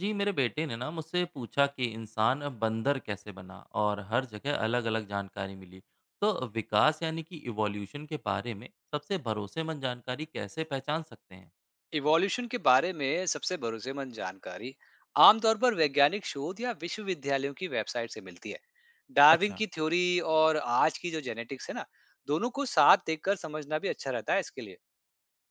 जी, मेरे बेटे ने ना मुझसे पूछा कि इंसान बंदर कैसे बना और हर जगह अलग अलग जानकारी मिली। तो विकास यानी कि इवोल्यूशन के बारे में सबसे भरोसेमंद जानकारी कैसे पहचान सकते हैं? इवोल्यूशन के बारे में सबसे भरोसेमंद जानकारी आमतौर पर वैज्ञानिक शोध या विश्वविद्यालयों की वेबसाइट से मिलती है। डार्विन अच्छा, की थ्योरी और आज की जो जेनेटिक्स है ना, दोनों को साथ देखकर समझना भी अच्छा रहता है इसके लिए।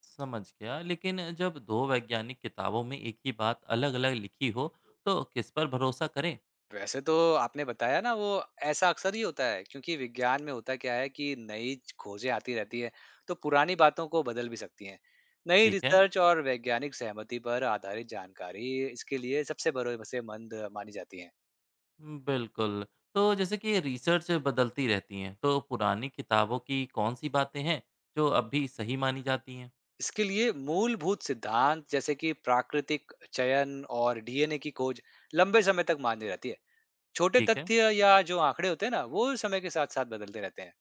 समझ गया। लेकिन जब दो वैज्ञानिक किताबों में एक ही बात अलग अलग लिखी हो तो किस पर भरोसा करें? वैसे तो आपने बताया ना वो, ऐसा अक्सर ही होता है, क्योंकि विज्ञान में होता क्या है कि नई खोजें आती रहती है, तो पुरानी बातों को बदल भी सकती हैं। नई ठीक है। रिसर्च और वैज्ञानिक सहमति पर आधारित जानकारी इसके लिए सबसे भरोसेमंद मानी जाती है। बिल्कुल। तो जैसे कि रिसर्च बदलती रहती है, तो पुरानी किताबों की कौन सी बातें हैं जो अब भी सही मानी जाती हैं? इसके लिए मूलभूत सिद्धांत जैसे कि प्राकृतिक चयन और डीएनए की खोज लंबे समय तक मान्य रहती है। छोटे ठीक है। तथ्य या जो आंकड़े होते हैं ना, वो समय के साथ साथ बदलते रहते हैं।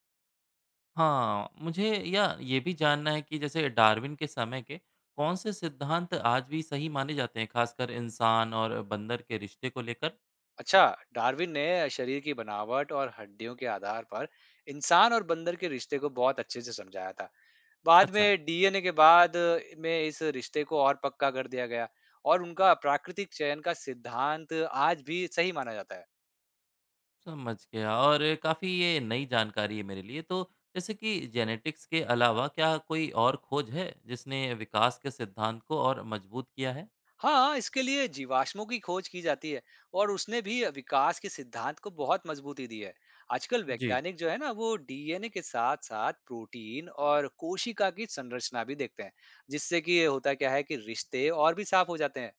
हाँ, मुझे या ये भी जानना है कि जैसे डार्विन के समय के कौन से सिद्धांत आज भी सही माने जाते हैं, खासकर इंसान और बंदर के रिश्ते को लेकर? अच्छा, डार्विन ने शरीर की बनावट और हड्डियों के आधार पर इंसान और बंदर के रिश्ते को बहुत अच्छे से समझाया था। बाद अच्छा, में डीएनए के बाद में इस रिश्ते को और पक्का कर दिया गया, और उनका प्राकृतिक चयन का सिद्धांत आज भी सही माना जाता है। समझ गया। और काफ़ी ये नई जानकारी है मेरे लिए। तो जैसे कि जेनेटिक्स के अलावा क्या कोई और खोज है जिसने विकास के सिद्धांत को और मजबूत किया है? हाँ, इसके लिए जीवाश्मों की खोज की जाती है और उसने भी विकास के सिद्धांत को बहुत मजबूती दी है। आजकल जी। वैज्ञानिक जो है ना, वो डीएनए के साथ-साथ प्रोटीन और कोशिका की संरचना भी देखते हैं, जिससे कि ये होता क्या है कि रिश्ते और भी साफ हो जाते हैं।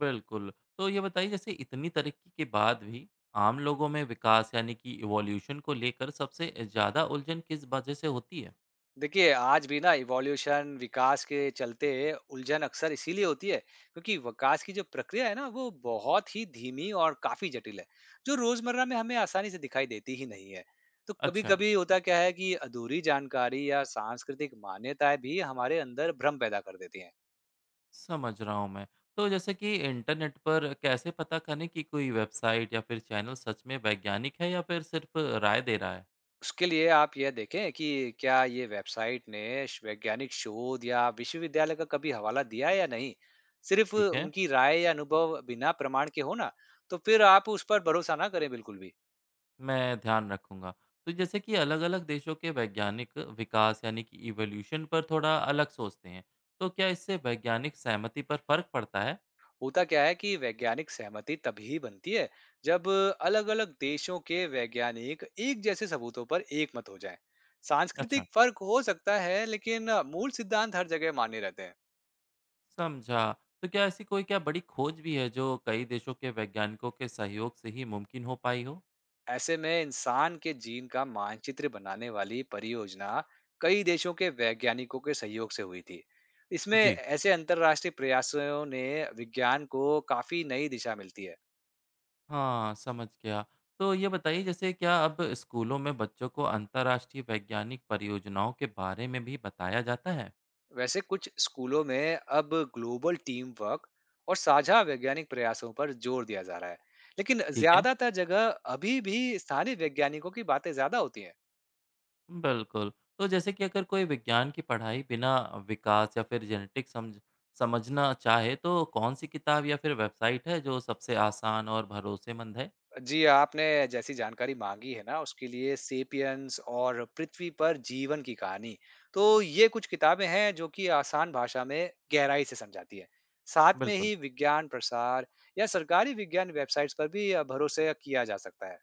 बिल्कुल। तो ये बताइए जैसे इतनी तरक्की के बाद भी आम लोगों में विकास यानी कि इवोल्यूशन को लेकर सबसे ज़्यादा उलझन किस वजह से होती है? देखिए, आज भी ना इवोल्यूशन विकास के चलते उलझन अक्सर इसीलिए होती है, क्योंकि विकास की जो प्रक्रिया है ना, वो बहुत ही धीमी और काफी जटिल है, जो रोजमर्रा में हमें आसानी से दिखाई देती ही नहीं है। तो कभी अच्छा, कभी होता क्या है कि अधूरी जानकारी या सांस्कृतिक मान्यताएं भी हमारे अंदर भ्रम पैदा कर देती हैं। समझ रहा हूँ मैं। तो जैसे कि इंटरनेट पर कैसे पता करें कि कोई वेबसाइट या फिर चैनल सच में वैज्ञानिक है या फिर सिर्फ राय दे रहा है? उसके लिए आप यह देखें कि क्या ये वेबसाइट ने वैज्ञानिक शोध या विश्वविद्यालय का कभी हवाला दिया है या नहीं। सिर्फ ठीक है, उनकी राय या अनुभव बिना प्रमाण के हो ना, तो फिर आप उस पर भरोसा ना करें बिल्कुल भी। मैं ध्यान रखूँगा। तो जैसे कि अलग-अलग देशों के वैज्ञानिक विकास यानी कि इवोल्यूशन पर थोड़ा अलग सोचते हैं। तो क्या इससे वैज्ञानिक सहमति पर फ़र्क पड़ता है? होता क्या है कि वैज्ञानिक सहमति तभी बनती है जब अलग अलग देशों के वैज्ञानिक एक जैसे सबूतों पर एक मत हो जाए। अच्छा, सांस्कृतिक फर्क हो सकता है, लेकिन मूल सिद्धांत हर जगह मान्य रहते हैं। समझा। तो क्या ऐसी कोई क्या बड़ी खोज भी है जो कई देशों के वैज्ञानिकों के सहयोग से ही मुमकिन हो पाई हो? ऐसे में इंसान के जीन का मानचित्र बनाने वाली परियोजना कई देशों के वैज्ञानिकों के सहयोग से हुई थी। इसमें जी। ऐसे अंतरराष्ट्रीय प्रयासों ने विज्ञान को काफी नई दिशा मिलती है। हाँ, समझ गया। तो ये बताइए जैसे क्या अब स्कूलों में बच्चों को अंतर्राष्ट्रीय वैज्ञानिक परियोजनाओं के बारे में भी बताया जाता है? वैसे कुछ स्कूलों में अब ग्लोबल टीम वर्क और साझा वैज्ञानिक प्रयासों पर जोर दिया जा रहा है, लेकिन ठीक है। ज्यादातर जगह अभी भी स्थानीय वैज्ञानिकों की बातें ज्यादा होती हैं। बिल्कुल। तो जैसे कि अगर कोई विज्ञान की पढ़ाई बिना विकास या फिर जेनेटिक समझ समझना चाहे तो कौन सी किताब या फिर वेबसाइट है जो सबसे आसान और भरोसेमंद है? जी, आपने जैसी जानकारी माँगी है ना, उसके लिए सेपियंस और पृथ्वी पर जीवन की कहानी, तो ये कुछ किताबें हैं जो कि आसान भाषा में गहराई से समझाती हैं। साथ में बिल्कुल, ही विज्ञान प्रसार या सरकारी विज्ञान वेबसाइट्स पर भी भरोसे किया जा सकता है।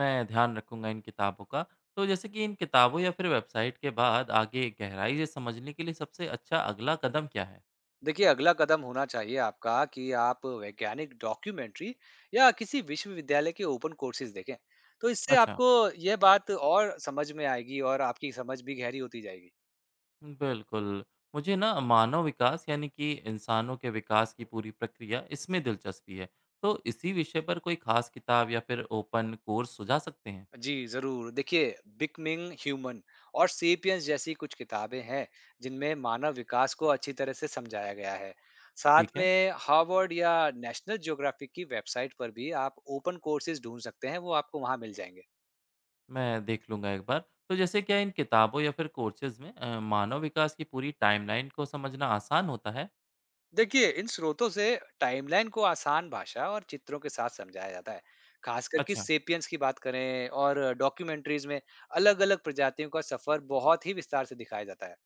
मैं ध्यान रखूंगा इन किताबों का। तो जैसे कि इन किताबों या फिर वेबसाइट के बाद आगे गहराई से समझने के लिए सबसे अच्छा अगला कदम क्या है? देखिए, अगला कदम होना चाहिए आपका कि आप वैज्ञानिक डॉक्यूमेंट्री या किसी विश्वविद्यालय के ओपन कोर्सेज देखें। तो इससे अच्छा। आपको यह बात और समझ में आएगी और आपकी समझ भी गहरी होती जाएगी। बिल्कुल। मुझे ना मानव विकास यानी कि इंसानों के विकास की पूरी प्रक्रिया इसमें दिलचस्पी है। तो इसी विषय पर कोई खास किताब या फिर ओपन कोर्स सुझा सकते हैं? जी जरूर, देखिए बिकमिंग ह्यूमन और सेपियंस जैसी कुछ किताबें हैं जिनमें मानव विकास को अच्छी तरह से समझाया गया है। साथ ठीक है, में हार्वर्ड या नेशनल ज्योग्राफिक की वेबसाइट पर भी आप ओपन कोर्सेज ढूंढ सकते हैं, वो आपको वहां मिल जाएंगे। मैं देख लूँगा एक बार। तो जैसे क्या इन किताबों या फिर कोर्सेज़ में मानव विकास की पूरी टाइमलाइन को समझना आसान होता है? देखिए, इन स्रोतों से टाइमलाइन को आसान भाषा और चित्रों के साथ समझाया जाता है। खासकर कि अच्छा। सेपियंस की बात करें और डॉक्यूमेंट्रीज में अलग-अलग प्रजातियों का सफर बहुत ही विस्तार से दिखाया जाता है।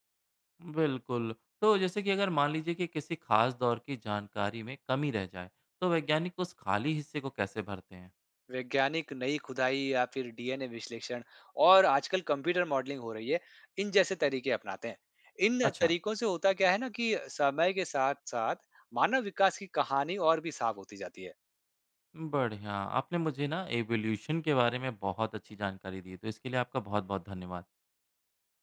बिल्कुल। तो जैसे कि अगर मान लीजिए कि किसी खास दौर की जानकारी में कमी रह जाए, तो वैज्ञानिक उस खाली हिस्से को कैसे भरते हैं? वैज्ञानिक नई खुदाई या फिर डीएनए विश्लेषण और आजकल कंप्यूटर मॉडलिंग हो रही है, इन जैसे तरीके अपनाते हैं। इन अच्छा। तरीकों से होता क्या है ना कि समय के साथ साथ मानव विकास की कहानी और भी साफ होती जाती है। बढ़िया। आपने मुझे ना एवोल्यूशन के बारे में बहुत अच्छी जानकारी दी, तो इसके लिए आपका बहुत-बहुत धन्यवाद।